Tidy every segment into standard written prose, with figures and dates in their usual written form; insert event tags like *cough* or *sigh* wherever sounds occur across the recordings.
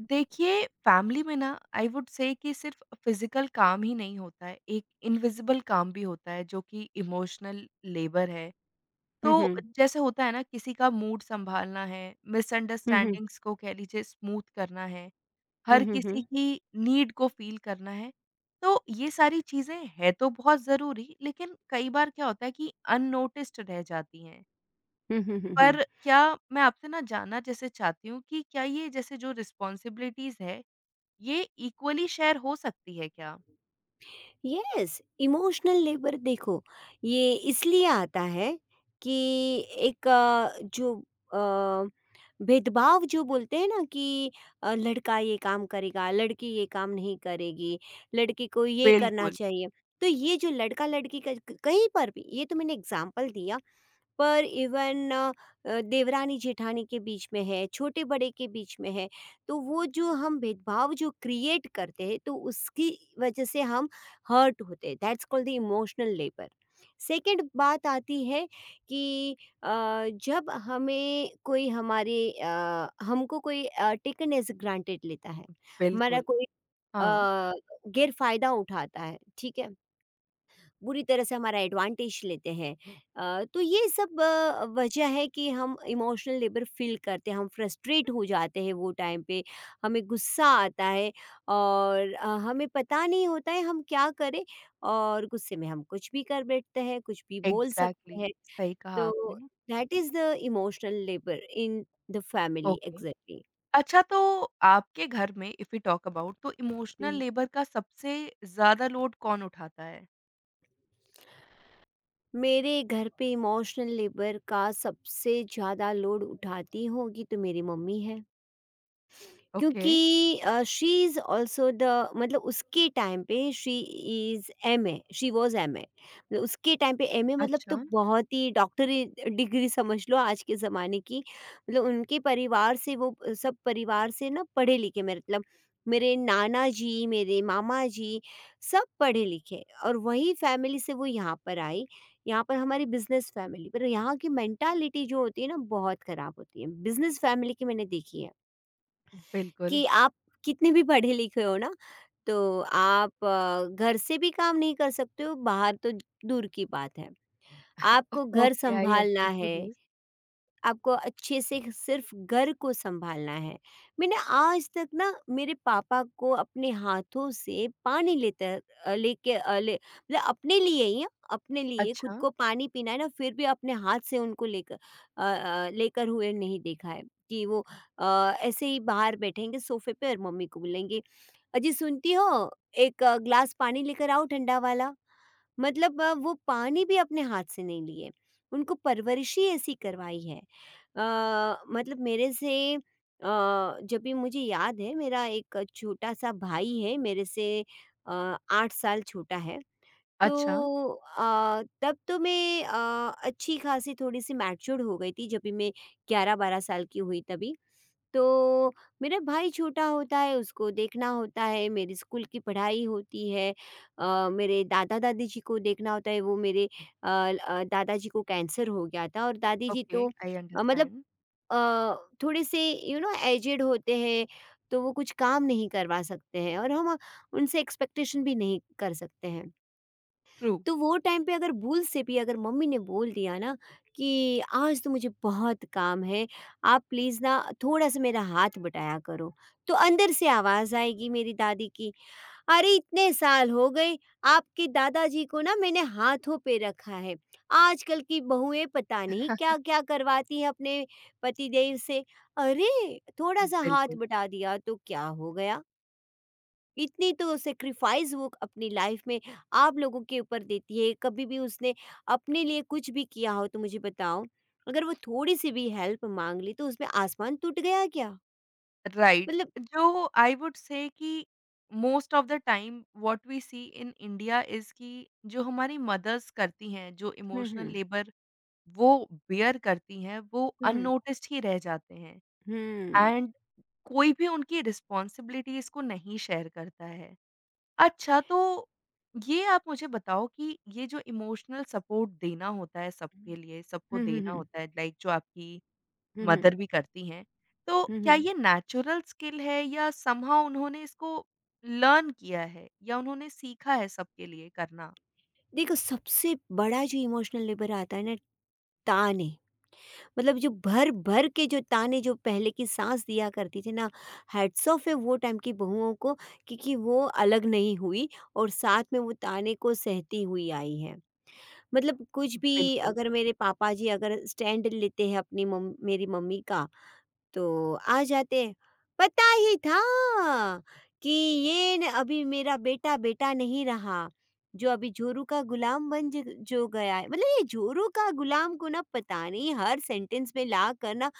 देखिए फैमिली में ना आई वुड से कि सिर्फ फिजिकल काम ही नहीं होता है, एक इनविजिबल काम भी होता है जो कि इमोशनल लेबर है। तो Hmm. जैसे होता है ना, किसी का मूड संभालना है, Hmm. Hmm. मिसअंडरस्टैंडिंग्स को कह लीजिए स्मूथ करना है, Hmm. हर Hmm. किसी Hmm. की नीड को फील करना है। तो ये सारी चीजें है तो बहुत जरूरी, लेकिन कई बार क्या होता है कि अननोटिस्ड रह जाती हैं। पर क्या, मैं आपसे ना जानना जैसे चाहती हूँ कि क्या ये जैसे जो रिस्पॉन्सिबिलिटीज है, ये इक्वली शेयर हो सकती है क्या? यस, इमोशनल लेबर देखो, ये इसलिए आता है कि एक जो अ, भेदभाव जो बोलते हैं ना कि लड़का ये काम करेगा, लड़की ये काम नहीं करेगी, लड़की को ये करना बिल्कुल, चाहिए। तो ये जो लड़का लड़की का कहीं पर भी, ये तो मैंने एग्जाम्पल दिया, पर इवन देवरानी जेठानी के बीच में है, छोटे बड़े के बीच में है। तो वो जो हम भेदभाव जो क्रिएट करते हैं, तो उसकी वजह से हम हर्ट होते हैं, that's called the emotional labour. Second बात आती है कि अ, जब हमें कोई हमारे हमको कोई टेकन एज ग्रांटेड लेता है, हमारा बिल्कुल। कोई हाँ। अ, गैर फायदा उठाता है, ठीक है, बुरी तरह से हमारा एडवांटेज लेते हैं। तो ये सब वजह है कि हम इमोशनल लेबर फील करते हैं, हम फ्रस्ट्रेट हो जाते हैं वो टाइम पे, हमें गुस्सा आता है, और हमें पता नहीं होता है हम क्या करें, और गुस्से में हम कुछ भी कर बैठते हैं, कुछ भी बोल सकते एग्ज़ैक्टली, हैं। सही कहा तो आपने। That is the emotional labour in the family, okay. Exactly. अच्छा तो आपके घर में इफ वी टॉक अबाउट, तो इमोशनल हम्म। लेबर का सबसे ज़्यादा लोड कौन उठाता है? मेरे घर पे इमोशनल लेबर का सबसे ज़्यादा लोड उठाती होगी तो मेरी मम्मी है, ओके, क्योंकि शी इज़ ऑल्सो द, मतलब उसके टाइम पे she is MA, she was MA, मतलब उसके टाइम पे एमए, मतलब तो अच्छा, बहुत ही डॉक्टरी डिग्री समझ लो आज के ज़माने की, मतलब उनके परिवार से, वो सब परिवार से ना पढ़े लिखे, मेरे मतलब मेरे नाना जी, मेरे मामा जी सब पढ़े लिखे, और वही फैमिली से वो यहाँ पर आई। यहाँ पर हमारी बिजनेस फैमिली, पर यहाँ की मेंटालिटी जो होती है ना बहुत ख़राब होती है, बिजनेस फैमिली की मैंने देखी है। बिल्कुल। कि आप कितने भी पढ़े-लिखे हो ना, तो आप घर से भी काम नहीं कर सकते हो, बाहर तो दूर की बात है। आपको घर ओके, आई सँभालना एग्री टू है, दिस। आपको अच्छे से सिर्फ घर को संभालना है। मैंने आज तक ना मेरे पापा को अपने हाथों से पानी लेते, अ, लेके अ, ले मतलब अपने लिए ही, हाँ, अपने लिए खुद अच्छा, को पानी पीना है ना, फिर भी अपने हाथ से उनको लेकर, लेकर हुए नहीं देखा है। कि वो अ, ऐसे ही बाहर बैठेंगे सोफे पे और मम्मी को बोलेंगे, "अजी सुनती हो? एक ग्लास पानी लेकर आओ ठंडा वाला।" मतलब वो पानी भी अपने हाथ से नहीं लिए। उनको परवरिश ही ऐसी करवाई है। मतलब मेरे से जब भी मुझे याद है, मेरा एक छोटा सा भाई है, मेरे से 8 साल छोटा है। तो अच्छा, तब तो मैं अच्छी खासी थोड़ी-सी मैच्योर्ड हो गई थी जब भी मैं 11-12 साल की हुई तभी। तो मेरा भाई छोटा होता है उसको देखना होता है, मेरी स्कूल की पढ़ाई होती है, मेरे दादा-दादी जी को देखना होता है, वो मेरे अ, ल दादा जी को कैंसर हो गया था, और दादी जी ओके। तो आई मतलब अंडरस्टैंड। अ, थोड़े से एजेड होते हैं, तो वो कुछ काम नहीं करवा सकते हैं और हम उनसे एक्सपेक्टेशन भी नहीं कर सकते हैं। ट्रू, तो वो टाइम पे अगर भूल से भी अगर मम्मी ने बोल दिया ना कि आज तो मुझे बहुत काम है, आप प्लीज़ ना थोड़ा सा मेरा हाथ बटाया करो, तो अंदर से आवाज़ आएगी मेरी दादी की, "अरे! इतने साल हो गए, आपके दादाजी को ना मैंने हाथों पे रखा है। आजकल की बहुएँ पता नहीं क्या-क्या करवाती हैं अपने पतिदेव से। अरे! थोड़ा-सा हाथ बिल्कुल। बटा दिया तो क्या हो गया? इतनी तो सैक्रिफ़ाइस वो अपनी लाइफ़ में आप लोगों के ऊपर देती है, कभी भी उसने अपने लिए कुछ भी किया हो तो मुझे बताओ। अगर वो थोड़ी-सी भी हेल्प माँग ली तो उसमें आसमान टूट गया क्या?" राइट, मतलब। जो आई वुड से कि most of the time what we see in India is कि जो हमारी मदर्स करती हैं, जो हुँ, इमोशनल हुँ। लेबर वो बेयर करती हैं, वो हुँ, हुँ। अननोटिस्ड ही रह जाते हैं। हुँ। एंड कोई भी उनकी रिस्पॉन्सिबिलिटीज को नहीं शेयर करता है। अच्छा तो ये आप मुझे बताओ कि ये जो इमोशनल सपोर्ट देना होता है सबके लिए, सबको हुँ, हुँ, देना हुँ। होता है लाइक जो आपकी हुँ, हुँ। मदर भी करती हैं। तो हुँ, क्या हुँ। ये नेचुरल स्किल है या समहाउ उन्होंने इसको लर्न किया है या उन्होंने सीखा है सबके लिए करना? देखो, सबसे बड़ा जो इमोशनल लेबर आता है ना, ताने, मतलब जो भर भर के जो ताने जो पहले की सास दिया करती थी ना, हैट्स ऑफ है वो टाइम की बहुओं को, क्योंकि वो अलग नहीं हुई, और साथ में वो ताने को सहती हुई आई है, मतलब कुछ भी। बिल्कुल, अगर मेरे पापा जी अगर स्टैंड लेते हैं अपनी मेरी मम्मी का, तो आ जाते हैं। पता ही था कि ये न अभी मेरा बेटा बेटा नहीं रहा, जो अभी जोरू का गुलाम बन ज जो गया है। मतलब ये जोरू का गुलाम को ना, पता नहीं हर सेंटेंस में लाकर ना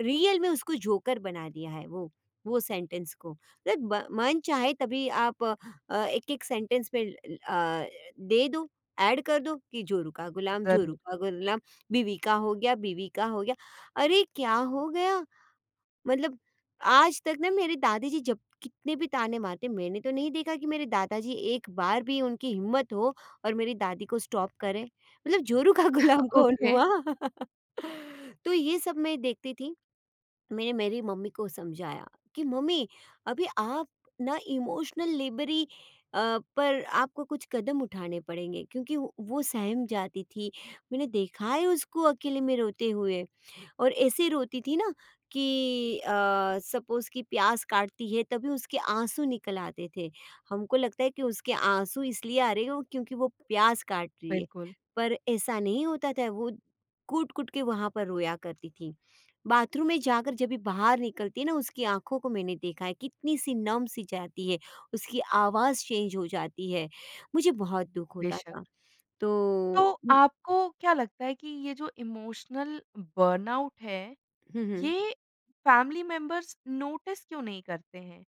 रियल में उसको जोकर बना दिया है वो सेंटेंस को। मतलब ब मन चाहे तभी आप एक-एक सेंटेंस में दे दो, ऐड कर दो कि जोरू ज़रूर। का गुलाम, बीवी का हो गया, बीवी का हो गया। अरे! क्या हो गया? मतलब आज तक ना मेरी दादी जी जब कितने भी ताने मारते, मैंने तो नहीं देखा कि मेरे दादाजी एक बार भी उनकी हिम्मत हो और मेरी दादी को स्टॉप करें। मतलब जोरू का *laughs* गुलाम कौन ओके। हुआ? *laughs* तो ये सब मैं देखती थी। मैंने मेरी मम्मी को समझाया कि मम्मी, अभी आप ना इमोशनल लेबरी, पर आपको कुछ कदम उठाने पड़ेंगे, क्योंकि वो सहम जाती थी। मैंने देखा है उसको अकेले में रोते हुए। और ऐसे रोती थी ना कि सपोज़ कि प्यास काटती है तभी उसके आँसू निकल आते थे। हमको लगता है कि उसके आँसू इसलिए आ रहे हैं क्योंकि वो प्यास काट रही है, बिल्कुल, पर ऐसा नहीं होता था, वो कूट-कूट के वहाँ पर रोया करती थी। बाथरूम में जाकर जब भी बाहर निकलती है ना, उसकी आँखों को मैंने देखा है कितनी-सी नम सी जाती है, उसकी आवाज़ चेंज हो जाती है। मुझे बहुत दुःख होता बेशक। था। तो तो हुँ, आपको क्या लगता है कि ये जो इमोशनल बर्नआउट है, हुँ, हुँ, ये फैमिली मेंबर्स नोटिस क्यों नहीं करते हैं?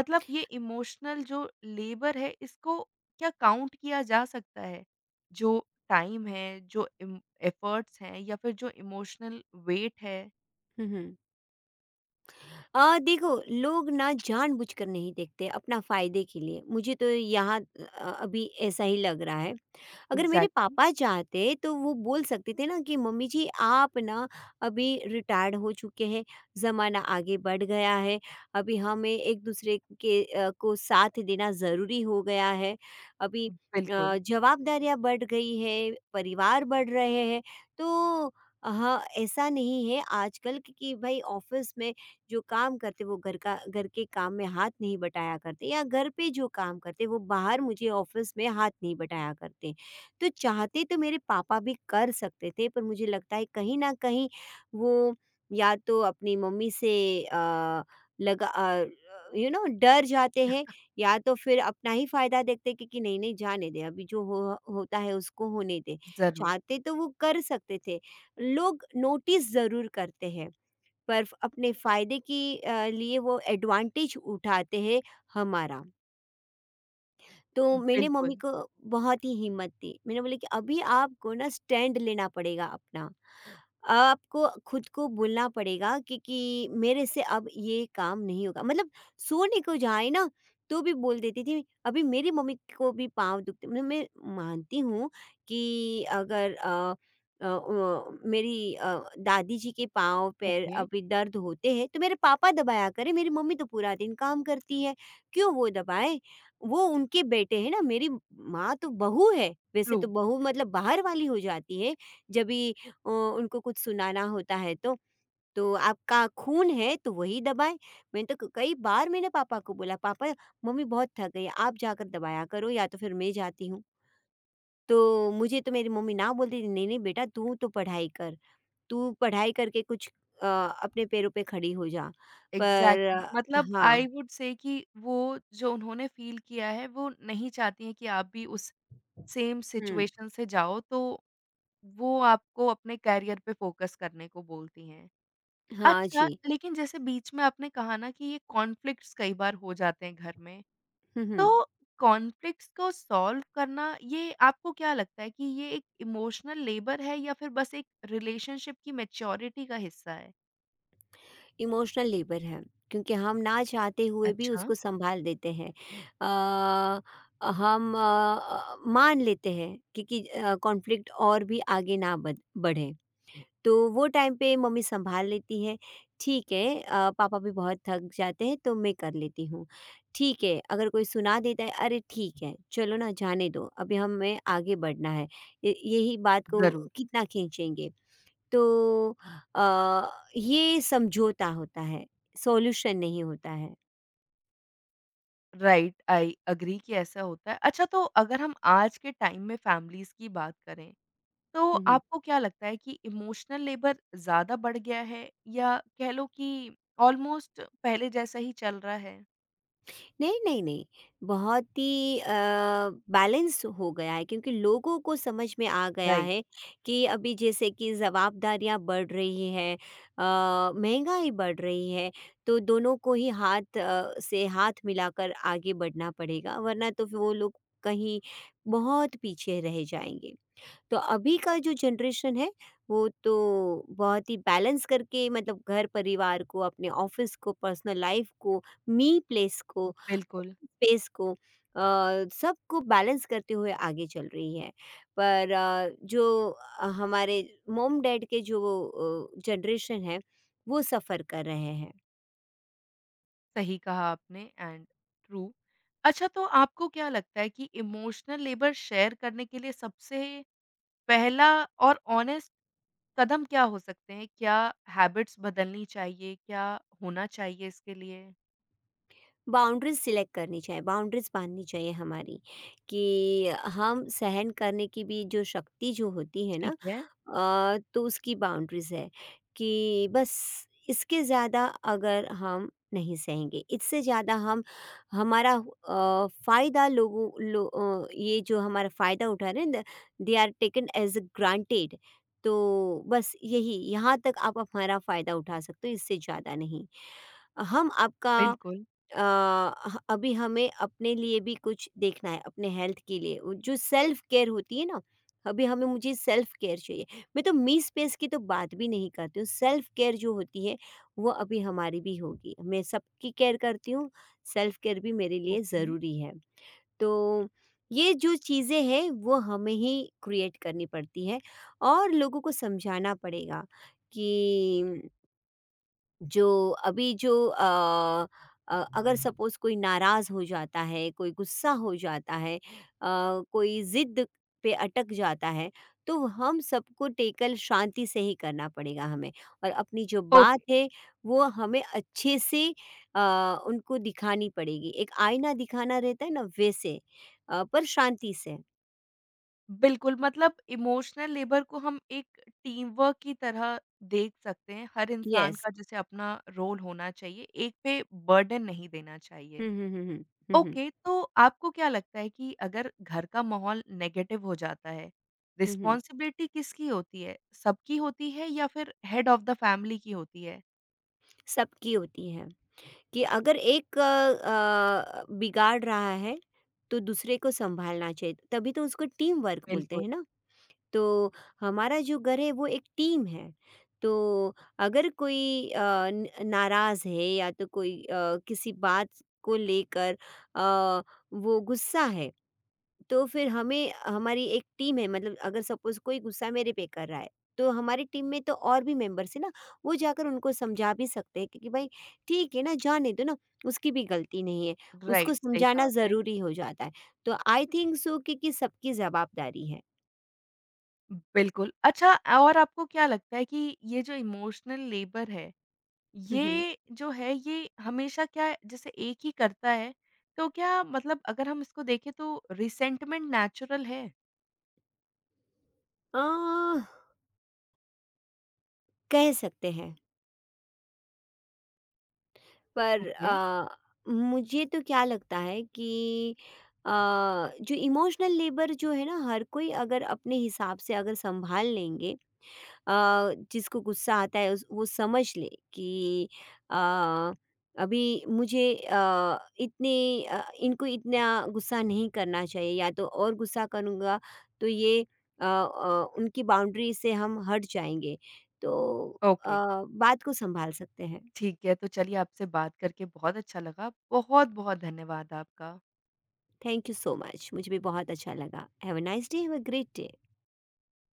मतलब ये इमोशनल जो लेबर है, इसको क्या काउंट किया जा सकता है? जो टाइम है, जो इम एफर्ट्स हैं या फिर जो इमोशनल वेट है? हुँ, हुँ। देखो, लोग ना जानबूझकर नहीं देखते अपना फायदे के लिए, मुझे तो यहाँ अभी ऐसा ही लग रहा है। अगर मेरे एग्ज़ैक्टली। पापा चाहते तो वो बोल सकते थे ना कि मम्मी जी आप ना अभी रिटायर्ड हो चुके हैं, ज़माना आगे बढ़ गया है, अभी हमें एक दूसरे के को साथ देना ज़रूरी हो गया है, अभी बिल्कुल। जवाबदारियाँ बढ़ गई है, परिवार बढ़ रहे हैं। तो हाँ, ऐसा नहीं है आजकल कि भाई ऑफिस में जो काम करते वो घर के काम में हाथ नहीं बटाया करते, या घर पे जो काम करते वो बाहर मुझे ऑफिस में हाथ नहीं बटाया करते। तो चाहते तो मेरे पापा भी कर सकते थे, पर मुझे लगता है कहीं न कहीं वो या तो अपनी मम्मी से अ, लगा अ, डर जाते हैं, या तो फिर अपना ही फ़ायदा देखते हैं कि नहीं, नहीं जाने दे, अभी जो हो होता है उसको होने दे। ज़रूर। चाहते तो वो कर सकते थे। लोग नोटिस ज़रूर करते हैं, पर फ अपने फ़ायदे की लिए वो एडवांटेज उठाते हैं हमारा। तो मैंने मम्मी बिल्कुल। को बहुत ही हिम्मत दी। मैंने बोला कि अभी आपको ना स्टैंड लेना पड़ेगा अपना। आपको खुद को बोलना पड़ेगा कि मेरे से अब ये काम नहीं होगा। मतलब सोने को जाए ना तो भी बोल देती थी अभी मेरी मम्मी को भी पाँव दुखते, मतलब मैं मानती हूँ कि अगर वो मेरी दादी जी के पाँव पैर ओके, अभी दर्द होते हैं तो मेरे पापा दबाया करें, मेरी मम्मी तो पूरा दिन काम करती है, क्यों वो दबाएँ? वो उनके बेटे हैं ना, मेरी माँ तो बहू है, वैसे ट्रू। तो बहू मतलब बाहर वाली हो जाती है, जब भी उनको कुछ सुनाना होता है तो। तो आपका खून है तो वही दबाएँ, मैंने तो क कई बार मैंने पापा को बोला, "पापा, मम्मी बहुत थक गई, आप जाकर दबाया करो या तो फिर मैं जाती हूँ।" तो मुझे तो मेरी मम्मी ना बोलती थी, "नहीं, नहीं बेटा, तू तो पढ़ाई कर, तू पढ़ाई करके कुछ अ, अपने पैरों पे खड़ी हो जा।" पर एग्ज़ैक्टली *laughs* मतलब आई हाँ। वुड से कि वो जो उन्होंने फ़ील किया है, वो नहीं चाहती हैं कि आप भी उस सेम हुँ। सिचुएशन से जाओ, तो वो आपको अपने करियर पे फ़ोकस करने को बोलती हैं। हाँ अच्छा, जी। लेकिन जैसे बीच में आपने कहा ना कि ये कॉन्फ्लिक्ट्स कई बार हो जाते हैं घर में, हुँ, हुँ। तो कॉन्फ्लिक्ट्स को सॉल्व करना, ये आपको क्या लगता है कि ये एक इमोशनल लेबर है या फिर बस एक रिलेशनशिप की मैच्योरिटी का हिस्सा है? इमोशनल लेबर है, क्योंकि हम ना चाहते हुए भी अच्छा, उसको संभाल देते हैं। अ, हम मान लेते हैं कि कॉन्फ्लिक्ट और भी आगे ना बढ़े, तो वो टाइम पे मम्मी संभाल लेती है, ठीक है, पापा भी बहुत थक जाते हैं तो मैं कर लेती हूँ, ठीक है, अगर कोई सुना देता है, अरे ठीक है चलो ना जाने दो, अभी हमें आगे बढ़ना है, यही बात को ज़रूर। कितना खींचेंगे, तो अ, ये समझौता होता है, सॉल्यूशन नहीं होता है। राइट, आई एग्री कि ऐसा होता है। अच्छा तो अगर हम आज के टाइम में फैमिलीज़ की बात करें, तो हुँ, हुँ। आपको क्या लगता है कि इमोशनल लेबर ज़्यादा बढ़ गया है या कह लो कि ऑलमोस्ट पहले जैसा ही चल रहा है? नहीं, नहीं, नहीं, बहुत ही बैलेंस हो गया है, क्योंकि लोगों को समझ में आ गया राइट, है कि अभी जैसे कि ज़वाबदारियाँ बढ़ रही हैं, महँगाई बढ़ रही है, तो दोनों को ही हाथ से हाथ मिलाकर आगे बढ़ना पड़ेगा, वरना तो फिर वो लोग कहीं बहुत पीछे रह जाएँगे। तो अभी का जो जनरेशन है वो तो बहुत ही बैलेंस करके, मतलब घर परिवार को, अपने ऑफिस को, पर्सनल लाइफ को, मी प्लेस को, बिल्कुल, स्पेस को, सबको बैलेंस करते हुए आगे चल रही है, पर जो हमारे मोम डैड के जो जनरेशन है, वो सफ़र कर रहे हैं। सही कहा आपने। And true. अच्छा तो आपको क्या लगता है कि इमोशनल लेबर शेयर करने के लिए सबसे पहला और ऑनेस्ट कदम क्या हो सकते हैं? क्या हैबिट्स बदलनी चाहिए? क्या होना चाहिए इसके लिए? बाउंड्रीज़ सिलेक्ट करनी चाहिए, बाउंड्रीज़ बाँधनी चाहिए हमारी, कि हम सहन करने की भी जो शक्ति जो होती है ना, ठीक है। तो उसकी बाउंड्रीज़ है कि बस इसके ज़्यादा अगर हम नहीं सहेंगे, इससे ज़्यादा हम हमारा फ़ायदा, ये जो हमारा फ़ायदा उठा रहे हैं, they are taken as a granted, तो बस यही यहाँ तक आप हमारा फ़ायदा उठा सकते हो, इससे ज़्यादा नहीं। हम आपका बिल्कुल। अ, ह अभी हमें अपने लिए भी कुछ देखना है, अपने हेल्थ के लिए। वो जो सेल्फ केयर होती है ना, अभी हमें मुझे सेल्फ केयर चाहिए। मैं तो मी स्पेस की तो बात भी नहीं करती हूँ, सेल्फ केयर जो होती है, वो अभी हमारी भी होगी। मैं सबकी केयर करती हूँ, सेल्फ केयर भी मेरे लिए ओके। ज़रूरी है। तो ये जो चीज़ें हैं, वो हमें ही क्रिएट करनी पड़ती है, और लोगों को समझाना पड़ेगा कि जो अभी जो अ अगर सपोज़ कोई नाराज़ हो जाता है, कोई गुस्सा हो जाता है, कोई ज़िद पे अटक जाता है, तो हम सबको टेकल शांति से ही करना पड़ेगा हमें, और अपनी जो ओके। बात है, वो हमें अच्छे से अ, उनको दिखानी पड़ेगी। एक आईना दिखाना रहता है ना वैसे, पर शांति से। बिल्कुल, मतलब इमोशनल लेबर को हम एक टीम वर्क की तरह देख सकते हैं। हर इंसान यस। का जैसे अपना रोल होना चाहिए, एक पे बर्डन नहीं देना हुँ, चाहिए। हुँ, हुँ, हुँ। हुँ, हुँ। ओके, तो आपको क्या लगता है कि अगर घर का माहौल नेगेटिव हो जाता है, हुँ, हुँ। रिस्पॉन्सिबिलिटी किसकी होती है? सबकी होती है या फिर हेड ऑफ़ द फैमिली की होती है? सबकी होती है। कि अगर एक बिगाड़ रहा है, तो दूसरे को संभालना चाहिए, तभी तो उसको टीम वर्क बोलते बिल्कुल। हैं ना। तो हमारा जो घर है वो एक टीम है। तो अगर कोई नाराज़ है, या तो कोई किसी बात को लेकर अ, वो गुस्सा है, तो फिर हमें हमारी एक टीम है, मतलब अगर सपोज़ कोई गुस्सा मेरे पे कर रहा है, तो हमारी टीम में तो और भी मेंबर्स हैं ना, वो जाकर उनको समझा भी सकते हैं, क्योंकि भाई ठीक है ना, जाने दो ना, उसकी भी गलती नहीं है, उसको राइट, सही कहा समझाना आपने। ज़रूरी हो जाता है। तो आई थिंक सो कि सबकी ज़वाबदारी है। बिल्कुल। अच्छा, और आपको क्या लगता है कि ये जो इमोशनल लेबर है, हुँ, हुँ। ये जो है, ये हमेशा क्या जैसे एक ही करता है, तो क्या मतलब अगर हम इसको देखें तो रिसेंटमेंट नेचुरल है? अ, कह सकते हैं, पर ओके, मुझे तो क्या लगता है कि अ, जो इमोशनल लेबर जो है ना, हर कोई अगर अपने हिसाब से अगर सँभाल लेंगे, जिसको गुस्सा आता है उस वो समझ ले कि अ, अभी मुझे इनको इतना गुस्सा नहीं करना चाहिए, या तो और गुस्सा करूँगा तो ये उनकी बाउंड्री से हम हट जाएँगे। तो अ, ओके। बात को सँभाल सकते हैं। ठीक है, तो चलिए आपसे बात करके बहुत अच्छा लगा। बहुत-बहुत धन्यवाद आपका। थैंक यू सो मच, मुझे भी बहुत अच्छा लगा। Have a nice day, have a great day.